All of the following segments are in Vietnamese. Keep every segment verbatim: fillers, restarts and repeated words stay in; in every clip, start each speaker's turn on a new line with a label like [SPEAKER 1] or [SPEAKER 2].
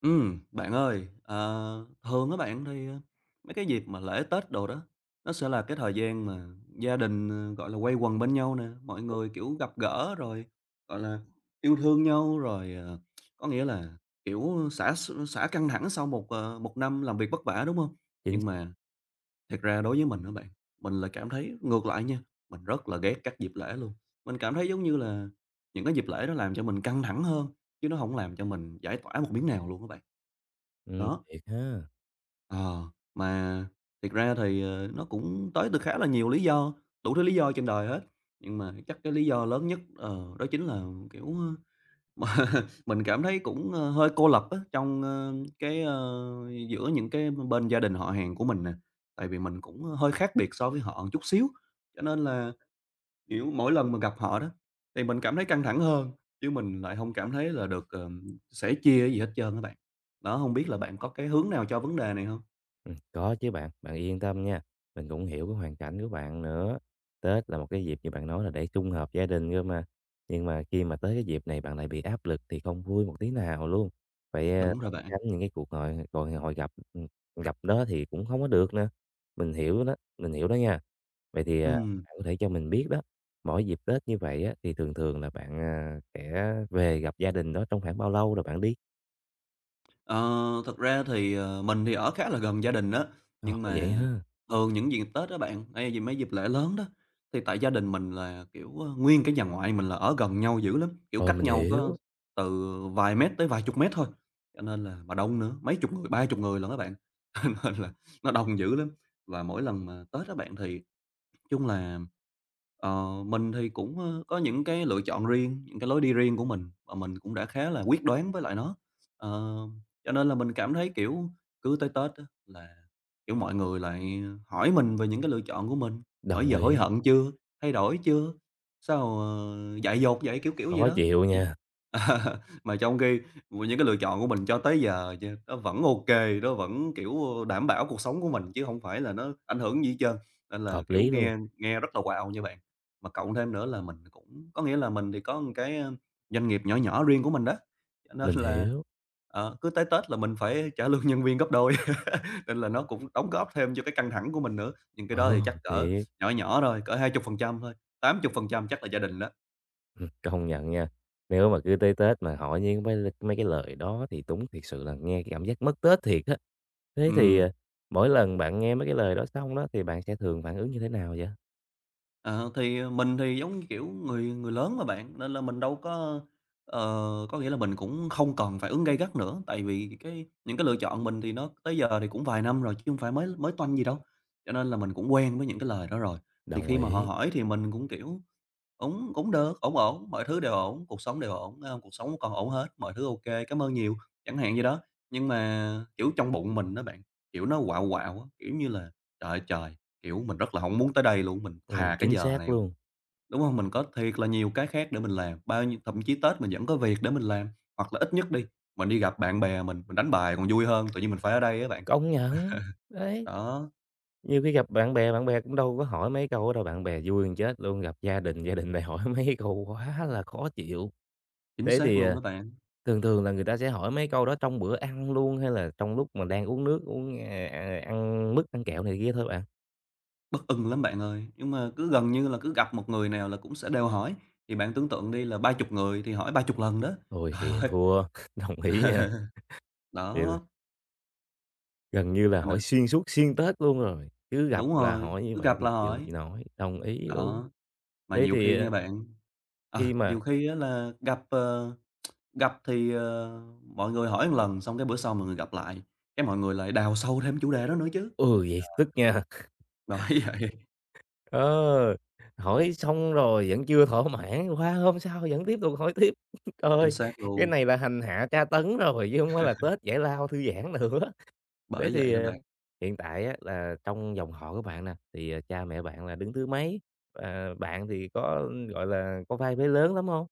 [SPEAKER 1] Ừm, bạn ơi, ờ, thường á bạn thì, ờ, mấy cái dịp mà lễ Tết đồ đó, nó sẽ là cái thời gian mà gia đình, ờ, gọi là, quây quần bên nhau nè, mọi người, kiểu, gặp gỡ rồi, gọi là, yêu thương nhau, rồi, ờ, có nghĩa là, kiểu, xả x xả căng thẳng sau một, ờ, một năm làm việc vất vả, đúng không?
[SPEAKER 2] Chính
[SPEAKER 1] Nhưng
[SPEAKER 2] xác.
[SPEAKER 1] mà thật ra đối với mình á bạn, mình là cảm thấy ngược lại nha, mình rất là ghét các dịp lễ luôn. Mình cảm thấy giống như là những cái dịp lễ đó làm cho mình căng thẳng hơn, chứ nó không làm cho mình giải tỏa một miếng nào luôn các bạn.
[SPEAKER 2] Ừm,
[SPEAKER 1] Đó,
[SPEAKER 2] thiệt ha.
[SPEAKER 1] ờ, mà thiệt ra thì, ờ, nó cũng tới từ khá là nhiều lý do, đủ thứ lý do trên đời hết, nhưng mà chắc cái lý do lớn nhất, ờ, đó chính là, kiểu, ơ, mà mình cảm thấy cũng, ơ, hơi cô lập á, trong, ơ, cái, ơ, giữa những cái bên gia đình họ hàng của mình nè. Tại vì mình cũng hơi khác biệt so với họ một chút xíu, cho nên là, kiểu, mỗi lần mà gặp họ đó, thì mình cảm thấy căng thẳng hơn, chứ mình lại
[SPEAKER 2] Công
[SPEAKER 1] không
[SPEAKER 2] nhận.
[SPEAKER 1] cảm thấy là được, ờm, sẻ chia gì hết trơn các bạn. Đó, không biết là bạn có cái hướng nào cho vấn đề này không?
[SPEAKER 2] Ừm, có chứ bạn, bạn yên tâm nha, mình cũng hiểu cái hoàn cảnh của bạn nữa. Tết là một cái dịp như bạn nói là để sum họp gia đình cơ mà, nhưng mà khi mà tới cái dịp này bạn lại bị áp lực thì không vui một tí nào luôn. Phải, a,
[SPEAKER 1] Đúng rồi
[SPEAKER 2] lẩn
[SPEAKER 1] bạn.
[SPEAKER 2] tránh những cái cuộc hội gọi hội gặp, ừm, gặp đó thì cũng không có được nữa. Mình hiểu đó, mình hiểu đó nha. Vậy thì, à,
[SPEAKER 1] Ừm,
[SPEAKER 2] bạn có thể cho mình biết đó, mỗi dịp Tết như vậy á, thì thường thường là bạn, à, sẽ về gặp gia đình đó trong khoảng bao lâu rồi bạn đi?
[SPEAKER 1] ờ, Thật ra thì, ờ, mình thì ở khá là gần gia đình đó,
[SPEAKER 2] Ồ,
[SPEAKER 1] nhưng
[SPEAKER 2] vậy
[SPEAKER 1] mà
[SPEAKER 2] ha?
[SPEAKER 1] thường những dịp Tết á bạn, hay gì mấy dịp lễ lớn đó, thì tại gia đình mình là, kiểu, ơ, nguyên cái nhà ngoại mình là ở gần nhau dữ lắm, kiểu,
[SPEAKER 2] Ờ,
[SPEAKER 1] cách
[SPEAKER 2] mình
[SPEAKER 1] nhau có
[SPEAKER 2] hiểu.
[SPEAKER 1] từ vài mét tới vài chục mét thôi, cho nên là mà đông nữa, mấy chục người, ba chục người lận các bạn, cho nên là nó đông dữ lắm. Và mỗi lần mà Tết á bạn thì chung là, ờ, mình thì cũng, ơ, có những cái lựa chọn riêng, những cái lối đi riêng của mình và mình cũng đã khá là quyết đoán với lại nó. Ờ, cho nên là mình cảm thấy, kiểu, cứ tới Tết á là, kiểu, mọi người lại hỏi mình về những cái lựa chọn của mình, hỏi
[SPEAKER 2] Đồng
[SPEAKER 1] giờ
[SPEAKER 2] ý.
[SPEAKER 1] hối hận chưa, thay đổi chưa, sao, ờ, dại dột vậy, kiểu, kiểu vậy
[SPEAKER 2] Khó
[SPEAKER 1] đó.
[SPEAKER 2] chịu
[SPEAKER 1] Thì
[SPEAKER 2] nha.
[SPEAKER 1] mà trong khi những cái lựa chọn của mình cho tới giờ ch nó vẫn ok, nó vẫn, kiểu, đảm bảo cuộc sống của mình chứ không phải là nó ảnh hưởng gì hết trơn. Nên là,
[SPEAKER 2] Hợp
[SPEAKER 1] kiểu,
[SPEAKER 2] lý luôn.
[SPEAKER 1] nghe nghe rất là wow nha bạn. Mà cộng thêm nữa là mình cũng có nghĩa là mình thì có một cái, ơ, doanh nghiệp nhỏ nhỏ riêng của mình đó, cho nên
[SPEAKER 2] Mình
[SPEAKER 1] là,
[SPEAKER 2] hiểu.
[SPEAKER 1] ờ, cứ tới Tết là mình phải trả lương nhân viên gấp đôi, nên là nó cũng đóng góp thêm cho cái căng thẳng của mình nữa. Nhưng cái đó thì
[SPEAKER 2] Ồ,
[SPEAKER 1] chắc cỡ
[SPEAKER 2] thiệt.
[SPEAKER 1] nhỏ nhỏ thôi, cỡ hai chục phần trăm thôi, tám chục phần trăm chắc là gia đình đó.
[SPEAKER 2] Ừm, công nhận nha, nếu mà cứ tới Tết mà hỏi những mấy mấy cái lời đó thì đúng thiệt sự là nghe cái cảm giác mất Tết thiệt á. Thế thì,
[SPEAKER 1] Ừm.
[SPEAKER 2] à, mỗi lần bạn nghe mấy cái lời đó xong đó thì bạn sẽ thường phản ứng như thế nào vậy?
[SPEAKER 1] Ờ, thì ờ, mình thì giống như, kiểu, người người lớn mà bạn, nên là mình đâu có, ờ, có nghĩa là mình cũng không cần phản ứng gay gắt nữa, tại vì cái những cái lựa chọn mình thì nó tới giờ thì cũng vài năm rồi chứ không phải mới mới toanh gì đâu, cho nên là mình cũng quen với những cái lời đó rồi. Thì
[SPEAKER 2] Đồng
[SPEAKER 1] khi mà họ
[SPEAKER 2] ý.
[SPEAKER 1] hỏi thì mình cũng, kiểu, cũng cũng được, ổn ổn, mọi thứ đều ổn, cuộc sống đều ổn, a, cuộc sống còn ổn hết, mọi thứ ô kê, cảm ơn nhiều, chẳng hạn vậy đó. Nhưng mà, kiểu, trong bụng mình á bạn, kiểu, nó quạo quạo á, kiểu như là, trời ơi trời, kiểu, mình rất là hổng muốn tới đây luôn, mình
[SPEAKER 2] Ồ,
[SPEAKER 1] thà cái
[SPEAKER 2] chính
[SPEAKER 1] giờ
[SPEAKER 2] xác
[SPEAKER 1] này
[SPEAKER 2] luôn.
[SPEAKER 1] đúng hông? Mình có thiệt là nhiều cái khác để mình làm, bao nhiêu thậm chí Tết mình vẫn có việc để mình làm, hoặc là ít nhất đi, mình đi gặp bạn bè mình, mình đánh bài còn vui hơn, tự nhiên mình phải ở đây á bạn.
[SPEAKER 2] Công nhận. Đấy,
[SPEAKER 1] Đó,
[SPEAKER 2] nhiều khi gặp bạn bè, bạn bè cũng đâu có hỏi mấy câu đâu, bạn bè vui hơn chết luôn, gặp gia đình, gia đình lại hỏi mấy câu quá là khó chịu.
[SPEAKER 1] chính
[SPEAKER 2] Thế
[SPEAKER 1] xác
[SPEAKER 2] thì,
[SPEAKER 1] luôn đó
[SPEAKER 2] à
[SPEAKER 1] bạn.
[SPEAKER 2] Thường thường là người ta sẽ hỏi mấy câu đó trong bữa ăn luôn, hay là trong lúc mà đang uống nước, uống, à, à, ăn mứt, ăn kẹo này kia thôi bạn.
[SPEAKER 1] Bất ưng lắm bạn ơi, nhưng mà cứ gần như là cứ gặp một người nào là cũng sẽ đều hỏi, thì bạn tưởng tượng đi là ba chục người thì hỏi ba chục lần đó.
[SPEAKER 2] Ôi,
[SPEAKER 1] Trời
[SPEAKER 2] vậy
[SPEAKER 1] ơi!
[SPEAKER 2] thua, đồng ý nha. Vậy là
[SPEAKER 1] Đó,
[SPEAKER 2] gần như là
[SPEAKER 1] thành ra
[SPEAKER 2] hỏi xuyên suốt xuyên Tết luôn rồi, cứ
[SPEAKER 1] đúng
[SPEAKER 2] gặp là
[SPEAKER 1] rồi,
[SPEAKER 2] hỏi như
[SPEAKER 1] cứ
[SPEAKER 2] vậy
[SPEAKER 1] gặp là
[SPEAKER 2] thì chịu
[SPEAKER 1] hỏi.
[SPEAKER 2] gì nói đồng ý luôn.
[SPEAKER 1] Đó, mà
[SPEAKER 2] Thế
[SPEAKER 1] nhiều khi
[SPEAKER 2] thì,
[SPEAKER 1] nha
[SPEAKER 2] à,
[SPEAKER 1] bạn, à
[SPEAKER 2] khi mà
[SPEAKER 1] nhiều khi á là gặp, ờ, gặp thì, ờ, mọi người hỏi một lần, xong cái bữa sau mọi người gặp lại, cái mọi người lại đào sâu thêm chủ đề đó nữa chứ.
[SPEAKER 2] Ừ,
[SPEAKER 1] Đó,
[SPEAKER 2] vậy tức nha.
[SPEAKER 1] bởi vậy.
[SPEAKER 2] ờ, Hỏi xong rồi vẫn chưa thỏa mãn, qua hôm sau vẫn tiếp tục hỏi tiếp. Trời
[SPEAKER 1] Chính
[SPEAKER 2] ơi,
[SPEAKER 1] xác
[SPEAKER 2] cái
[SPEAKER 1] luôn,
[SPEAKER 2] này là hành hạ tra tấn rồi, chứ không phải là Tết giải lao, thư giãn nữa. Thế
[SPEAKER 1] bởi vậy
[SPEAKER 2] thì,
[SPEAKER 1] đó
[SPEAKER 2] ờ,
[SPEAKER 1] bạn.
[SPEAKER 2] hiện tại á là trong dòng họ của bạn nè, thì, ờ, cha mẹ bạn là đứng thứ mấy? Và bạn thì có, gọi là, có vai vế lớn lắm không?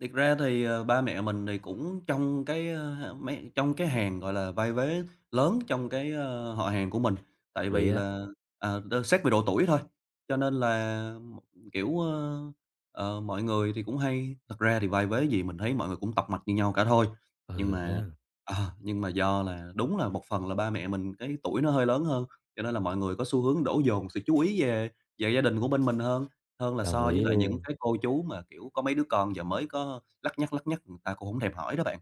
[SPEAKER 1] Thiệt ra thì, ờ, ba mẹ mình thì cũng trong cái, ơ, mấy trong cái hàng, gọi là, vai vế lớn trong cái, ơ, họ hàng của mình, tại
[SPEAKER 2] Hợp lý
[SPEAKER 1] vì
[SPEAKER 2] á.
[SPEAKER 1] là, à, đ xét về độ tuổi thôi, cho nên là, m- kiểu, ơ, ờ, mọi người thì cũng hay thật ra thì vai vế gì mình thấy mọi người cũng tập mạch như nhau cả thôi, nhưng
[SPEAKER 2] Ừ
[SPEAKER 1] mà
[SPEAKER 2] ha.
[SPEAKER 1] ờ, nhưng mà do là đúng là một phần là ba mẹ mình cái tuổi nó hơi lớn hơn, cho nên là mọi người có xu hướng đổ dồn sự chú ý về về gia đình của bên mình hơn. Hơn là
[SPEAKER 2] Đồng
[SPEAKER 1] so với
[SPEAKER 2] ý
[SPEAKER 1] lại những
[SPEAKER 2] luôn.
[SPEAKER 1] cái cô chú mà, kiểu, có mấy đứa con giờ mới có lắt nhắt, lắt nhắt người ta cũng không thèm hỏi đó bạn.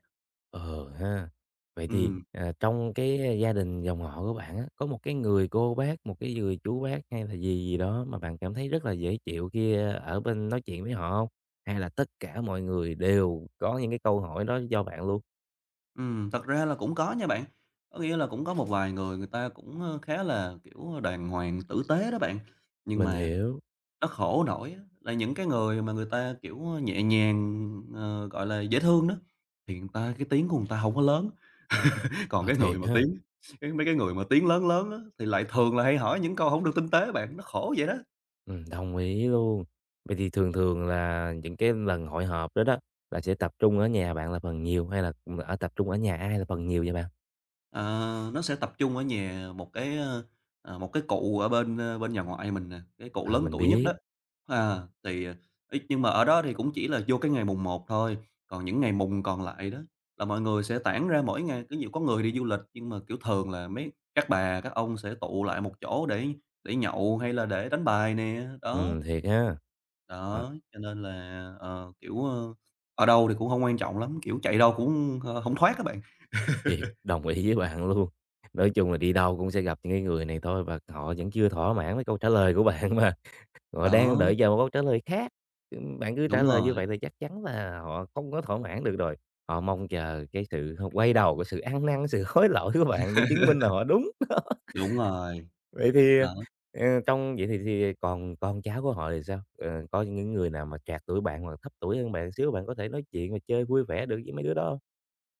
[SPEAKER 2] Ừ ha. Vậy thì,
[SPEAKER 1] Ừm,
[SPEAKER 2] à, trong cái gia đình dòng họ của bạn á, có một cái người cô bác, một cái người chú bác hay là gì gì đó mà bạn cảm thấy rất là dễ chịu khi ờ, ở bên nói chuyện với họ không? Hay là tất cả mọi người đều có những cái câu hỏi đó do bạn luôn?
[SPEAKER 1] ừm, Thật ra là cũng có nha bạn, có nghĩa là cũng có một vài người người ta cũng, ơ, khá là, kiểu, đàng hoàng, tử tế đó bạn. Nhưng
[SPEAKER 2] Mình
[SPEAKER 1] mà
[SPEAKER 2] hiểu.
[SPEAKER 1] nó khổ nổi á là những cái người mà người ta, kiểu, nhẹ nhàng, ờ, gọi là, dễ thương đó, thì người ta cái tiếng của người ta không có lớn, còn
[SPEAKER 2] ờ,
[SPEAKER 1] cái người
[SPEAKER 2] Thiệt
[SPEAKER 1] mà
[SPEAKER 2] ha.
[SPEAKER 1] tiếng cái mấy cái người mà tiếng lớn lớn á thì lại thường là hay hỏi những câu không được tinh tế bạn, nó khổ vậy đó.
[SPEAKER 2] Ừm, đồng ý luôn. Vậy thì thường thường là những cái lần hội họp đó đó, là sẽ tập trung ở nhà bạn là phần nhiều hay là, ở tập trung ở nhà ai là phần nhiều vậy bạn?
[SPEAKER 1] Ờ, nó sẽ tập trung ở nhà một cái, ơ, ờ, một cái cụ ở bên, ơ, bên nhà ngoại mình nè, cái cụ
[SPEAKER 2] À,
[SPEAKER 1] lớn
[SPEAKER 2] mình
[SPEAKER 1] tuổi nhất
[SPEAKER 2] biết.
[SPEAKER 1] đó. À, thì, ờ, ấy, nhưng mà ở đó thì cũng chỉ là vô cái ngày mùng một thôi, còn những ngày mùng còn lại đó là mọi người sẽ tản ra mỗi ngày, cứ nhiều có người đi du lịch nhưng mà, kiểu, thường là mấy các bà, các ông sẽ tụ lại một chỗ để để nhậu hay là để đánh bài nè, đó.
[SPEAKER 2] Ừm, thiệt ha. Ờ,
[SPEAKER 1] Đó, cho nên là, ờ, kiểu, ơ, ở đâu thì cũng không quan trọng lắm, kiểu, chạy đâu cũng, ơ, hổng thoát các bạn.
[SPEAKER 2] thiệt, đồng ý với bạn luôn. Nói chung là đi đâu cũng sẽ gặp những cái người này thôi và họ vẫn chưa thỏa mãn với câu trả lời của bạn mà, họ đang
[SPEAKER 1] Đó,
[SPEAKER 2] đợi chờ một câu trả lời khác. Ừm, bạn cứ trả
[SPEAKER 1] đúng
[SPEAKER 2] lời như
[SPEAKER 1] rồi.
[SPEAKER 2] vậy thì chắc chắn là họ không có thỏa mãn được rồi. Họ mong chờ cái sự quay đầu, cái sự ăn năn, sự hối lỗi của bạn để chứng minh là họ đúng.
[SPEAKER 1] Đúng rồi,
[SPEAKER 2] Vậy thì, ờ,
[SPEAKER 1] đó.
[SPEAKER 2] ờ, trong vậy thì thì còn con cháu của họ thì sao? Ờ, có những người nào mà trạc tuổi bạn hoặc thấp tuổi hơn bạn xíu, bạn có thể nói chuyện và chơi vui vẻ được với mấy đứa đó hông?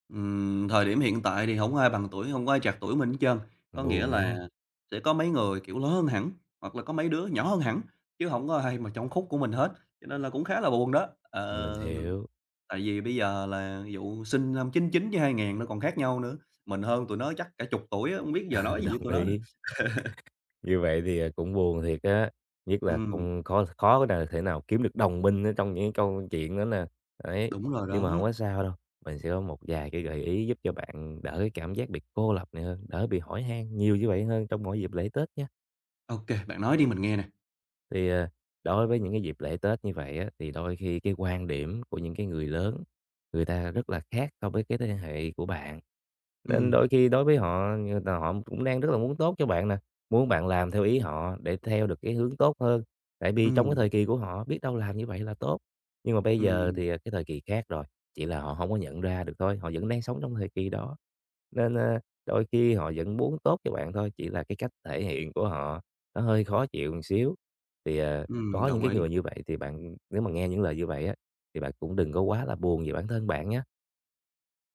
[SPEAKER 1] Ừm, thời điểm hiện tại thì hổng ai bằng tuổi, hông có ai trạc tuổi mình hết trơn. Có nghĩa
[SPEAKER 2] Buồn nha.
[SPEAKER 1] là sẽ có mấy người, kiểu, lớn hơn hẳn, hoặc là có mấy đứa nhỏ hơn hẳn, chứ hổng có ai mà trong khúc của mình hết, cho nên là cũng khá là buồn đó.
[SPEAKER 2] Mình
[SPEAKER 1] Ờ,
[SPEAKER 2] hiểu.
[SPEAKER 1] Tại vì bây giờ là ví dụ sinh năm chín chín với hai ngàn nó còn khác nhau nữa, mình hơn tụi nó chắc cả chục tuổi á, hông biết giờ nói
[SPEAKER 2] Ừ,
[SPEAKER 1] gì với
[SPEAKER 2] đồng
[SPEAKER 1] tụi nó nữa.
[SPEAKER 2] ý. Như vậy thì, à, cũng buồn thiệt á, nhất là
[SPEAKER 1] Ừm,
[SPEAKER 2] cũng khó khó nào thể nào kiếm được đồng minh ở trong những câu chuyện đó nè, đấy.
[SPEAKER 1] Đúng rồi
[SPEAKER 2] Nhưng mà không
[SPEAKER 1] đó.
[SPEAKER 2] có sao đâu, mình sẽ có một vài cái gợi ý giúp cho bạn đỡ cái cảm giác bị cô lập này hơn, đỡ bị hỏi han nhiều như vậy hơn trong mỗi dịp lễ Tết nha.
[SPEAKER 1] Ô kê, bạn nói đi mình nghe nè.
[SPEAKER 2] Thì, ờ, đối với những cái dịp lễ Tết như vậy á, thì đôi khi cái quan điểm của những cái người lớn, người ta rất là khác so với cái thế hệ của bạn. Nên đôi
[SPEAKER 1] Ừm,
[SPEAKER 2] khi đối với họ người ta họ cũng đang rất là muốn tốt cho bạn nè, muốn bạn làm theo ý họ để theo được cái hướng tốt hơn. Tại vì trong cái
[SPEAKER 1] ừm,
[SPEAKER 2] thời kỳ của họ biết đâu làm như vậy là tốt, nhưng mà bây giờ
[SPEAKER 1] ừm,
[SPEAKER 2] thì, à, cái thời kỳ khác rồi, chỉ là họ không có nhận ra được thôi, họ vẫn đang sống trong thời kỳ đó. Nên, a, đôi khi họ vẫn muốn tốt cho bạn thôi, chỉ là cái cách thể hiện của họ nó hơi khó chịu một xíu. Thì, à,
[SPEAKER 1] ừm,
[SPEAKER 2] có những
[SPEAKER 1] đồng
[SPEAKER 2] cái
[SPEAKER 1] ý.
[SPEAKER 2] người như vậy thì bạn nếu mà nghe những lời như vậy á, thì bạn cũng đừng có quá là buồn về bản thân bạn nhé.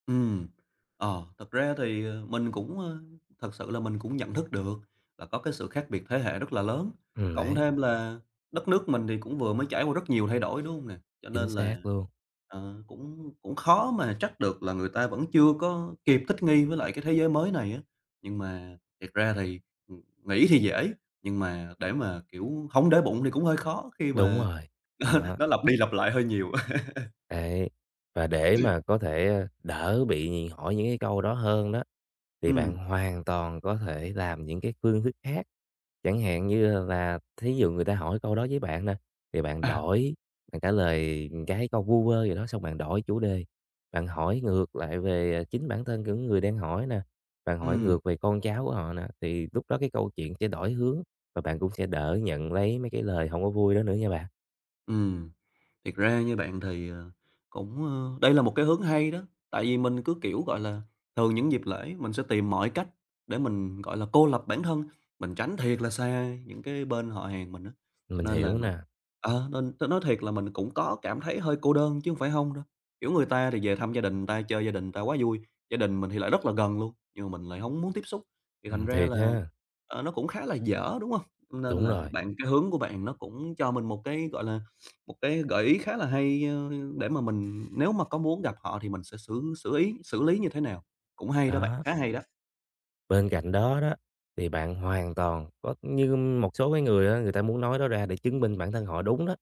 [SPEAKER 1] Ừ, ờ, thật ra thì, ờ, mình cũng, ơ, thật sự là mình cũng nhận thức được là có cái sự khác biệt thế hệ rất là lớn,
[SPEAKER 2] Ừm,
[SPEAKER 1] cộng
[SPEAKER 2] đấy,
[SPEAKER 1] thêm là đất nước mình thì cũng vừa mới trải qua rất nhiều thay đổi, đúng không nè? Cho nên
[SPEAKER 2] chính
[SPEAKER 1] là,
[SPEAKER 2] xác luôn.
[SPEAKER 1] ờ, cũng cũng khó mà trách được là người ta vẫn chưa có kịp thích nghi với lại cái thế giới mới này á. Nhưng mà thiệt ra thì, ừm, nghĩ thì dễ, nhưng mà để mà, kiểu, không để bụng thì cũng hơi khó khi
[SPEAKER 2] Đúng
[SPEAKER 1] mà
[SPEAKER 2] rồi, đó,
[SPEAKER 1] nó lặp đi lặp lại hơi nhiều.
[SPEAKER 2] đấy. Và để mà có thể, ờ, đỡ bị hỏi những cái câu đó hơn đó, thì bạn
[SPEAKER 1] Ừ,
[SPEAKER 2] hoàn toàn có thể làm những cái phương thức khác. Chẳng hạn như là thí dụ người ta hỏi câu đó với bạn nè, thì bạn
[SPEAKER 1] à,
[SPEAKER 2] đổi, bạn trả lời cái câu vu vơ gì đó, xong bạn đổi chủ đề. Bạn hỏi ngược lại về, à, chính bản thân của người đang hỏi nè, bạn hỏi
[SPEAKER 1] ừ.
[SPEAKER 2] ngược về con cháu của họ nè, thì lúc đó cái câu chuyện sẽ đổi hướng và bạn cũng sẽ đỡ nhận lấy mấy cái lời không có vui đó nữa nha bạn.
[SPEAKER 1] Ừm. Thiệt ra như bạn thì, ờ, cũng, ơ đây là một cái hướng hay đó, tại vì mình cứ, kiểu, gọi là, thường những dịp lễ mình sẽ tìm mọi cách để mình, gọi là, cô lập bản thân, mình tránh thiệt là xa những cái bên họ hàng mình đó. Cho
[SPEAKER 2] Mình
[SPEAKER 1] nên là
[SPEAKER 2] hiểu
[SPEAKER 1] mình
[SPEAKER 2] nè.
[SPEAKER 1] ờ, nên t nói thiệt là mình cũng có cảm thấy hơi cô đơn chứ không phải không đâu. Kiểu, người ta thì về thăm gia đình người ta, chơi gia đình người ta quá vui, gia đình mình thì lại rất là gần luôn, nhưng mà mình lại không muốn tiếp xúc, thì thành
[SPEAKER 2] Ừm,
[SPEAKER 1] ra
[SPEAKER 2] thiệt
[SPEAKER 1] là
[SPEAKER 2] ha,
[SPEAKER 1] Ờ, nó cũng khá là dở, đúng không? Nên
[SPEAKER 2] đúng
[SPEAKER 1] là
[SPEAKER 2] rồi,
[SPEAKER 1] bạn cái hướng của bạn nó cũng cho mình một cái, gọi là, một cái gợi ý khá là hay, ơ, để mà mình nếu mà có muốn gặp họ thì mình sẽ xử xử ý xử lý như thế nào. Cũng hay đó bạn,
[SPEAKER 2] đó.
[SPEAKER 1] khá hay đó.
[SPEAKER 2] Bên cạnh đó đó, thì bạn hoàn toàn có như một số cái người á, người ta muốn nói đó ra để chứng minh bản thân họ đúng đó,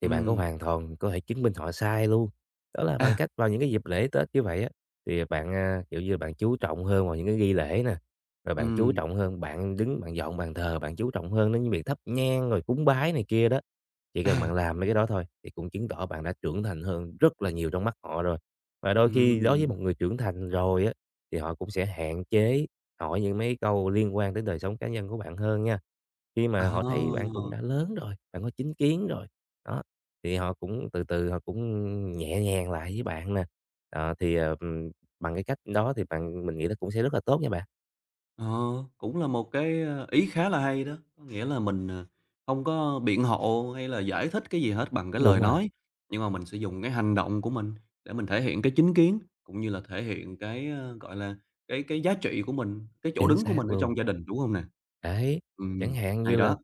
[SPEAKER 2] thì bạn có
[SPEAKER 1] Ừm,
[SPEAKER 2] hoàn toàn có thể chứng minh họ sai luôn. Đó là bằng
[SPEAKER 1] à,
[SPEAKER 2] cách vào những cái dịp lễ Tết như vậy á, thì bạn, à, kiểu như, bạn chú trọng hơn vào những cái nghi lễ nè, rồi bạn chú
[SPEAKER 1] ừm,
[SPEAKER 2] trọng hơn, bạn đứng bạn dọn bàn thờ, bạn chú trọng hơn đến những việc thắp nhang rồi cúng bái này kia đó. Chỉ cần bạn
[SPEAKER 1] à,
[SPEAKER 2] làm mấy cái đó thôi thì cũng chứng tỏ bạn đã trưởng thành hơn rất là nhiều trong mắt họ rồi. Và đôi khi đối với
[SPEAKER 1] ừm,
[SPEAKER 2] một người trưởng thành rồi á, thì họ cũng sẽ hạn chế hỏi những mấy câu liên quan đến đời sống cá nhân của bạn hơn nha. Khi
[SPEAKER 1] à.
[SPEAKER 2] mà họ thấy bạn cũng đã lớn rồi, bạn có chính kiến rồi, đó, thì họ cũng từ từ họ cũng nhẹ nhàng lại với bạn nè. Ờ, thì, ờ, ừm, Bằng cái cách đó thì bạn mình nghĩ nó cũng sẽ rất là tốt nha bạn.
[SPEAKER 1] Ờ, Cũng là một cái, ơ, ý khá là hay đó, có nghĩa là mình, ờ, hông có biện hộ hay là giải thích cái gì hết bằng cái lời
[SPEAKER 2] Đúng rồi,
[SPEAKER 1] nói, nhưng mà mình sẽ dùng cái hành động của mình để mình thể hiện cái chính kiến, cũng như là thể hiện cái, ơ, gọi là, cái cái giá trị của mình, cái chỗ
[SPEAKER 2] chính
[SPEAKER 1] đứng của mình
[SPEAKER 2] xác
[SPEAKER 1] ở
[SPEAKER 2] luôn.
[SPEAKER 1] trong gia đình, đúng không nè?
[SPEAKER 2] Đấy, chẳng
[SPEAKER 1] Ừm,
[SPEAKER 2] hạn
[SPEAKER 1] hay
[SPEAKER 2] như là
[SPEAKER 1] đó,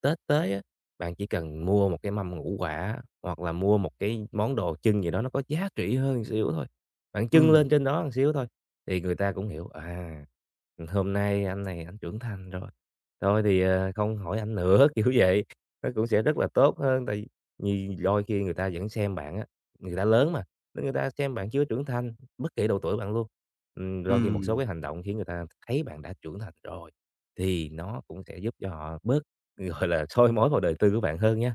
[SPEAKER 2] Tết tới á, bạn chỉ cần mua một cái mâm ngũ quả hoặc là mua một cái món đồ chưng gì đó nó có giá trị hơn một xíu thôi, bạn chưng
[SPEAKER 1] ừm,
[SPEAKER 2] lên trên đó một xíu thôi, thì người ta cũng hiểu, à, hôm nay anh này anh trưởng thành rồi, thôi thì, ờ, không hỏi anh nữa, kiểu vậy. Nó cũng sẽ rất là tốt hơn, tại vì đôi khi người ta vẫn xem bạn á, người ta lớn mà, nên người ta xem bạn chưa trưởng thành, bất kỳ độ tuổi bạn luôn. Ừm, đôi khi một số
[SPEAKER 1] ừm.
[SPEAKER 2] cái hành động khiến người ta thấy bạn đã trưởng thành rồi, thì nó cũng sẽ giúp cho họ bớt gọi là, soi mói vào đời tư của bạn hơn nhé.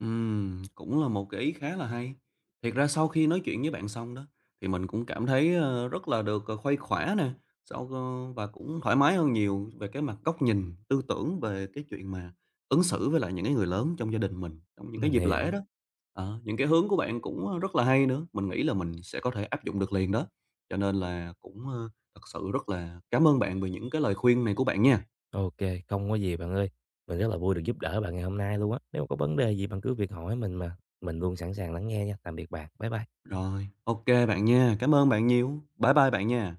[SPEAKER 1] Ừm, cũng là một cái ý khá là hay. Thiệt ra sau khi nói chuyện với bạn xong đó, thì mình cũng cảm thấy, ờ, rất là được, ờ, khuây khỏa nè, sau, ơ, và cũng thoải mái hơn nhiều về cái mặt góc nhìn, tư tưởng về cái chuyện mà ứng xử với lại những cái người lớn trong gia đình mình, trong những cái
[SPEAKER 2] Mình
[SPEAKER 1] dịp lễ
[SPEAKER 2] hiểu.
[SPEAKER 1] đó. Ờ, những cái hướng của bạn cũng, ơ, rất là hay nữa, mình nghĩ là mình sẽ có thể áp dụng được liền đó. Cho nên là cũng, ơ, thật sự rất là cảm ơn bạn về những cái lời khuyên này của bạn nha.
[SPEAKER 2] OK, không có gì bạn ơi. Mình rất là vui được giúp đỡ bạn ngày hôm nay luôn á. Nếu có vấn đề gì bạn cứ việc hỏi mình mà, mình luôn sẵn sàng lắng nghe nha. Tạm biệt bạn, bye bye.
[SPEAKER 1] Rồi, ok bạn nha, cảm ơn bạn nhiều. Bye bye bạn nha.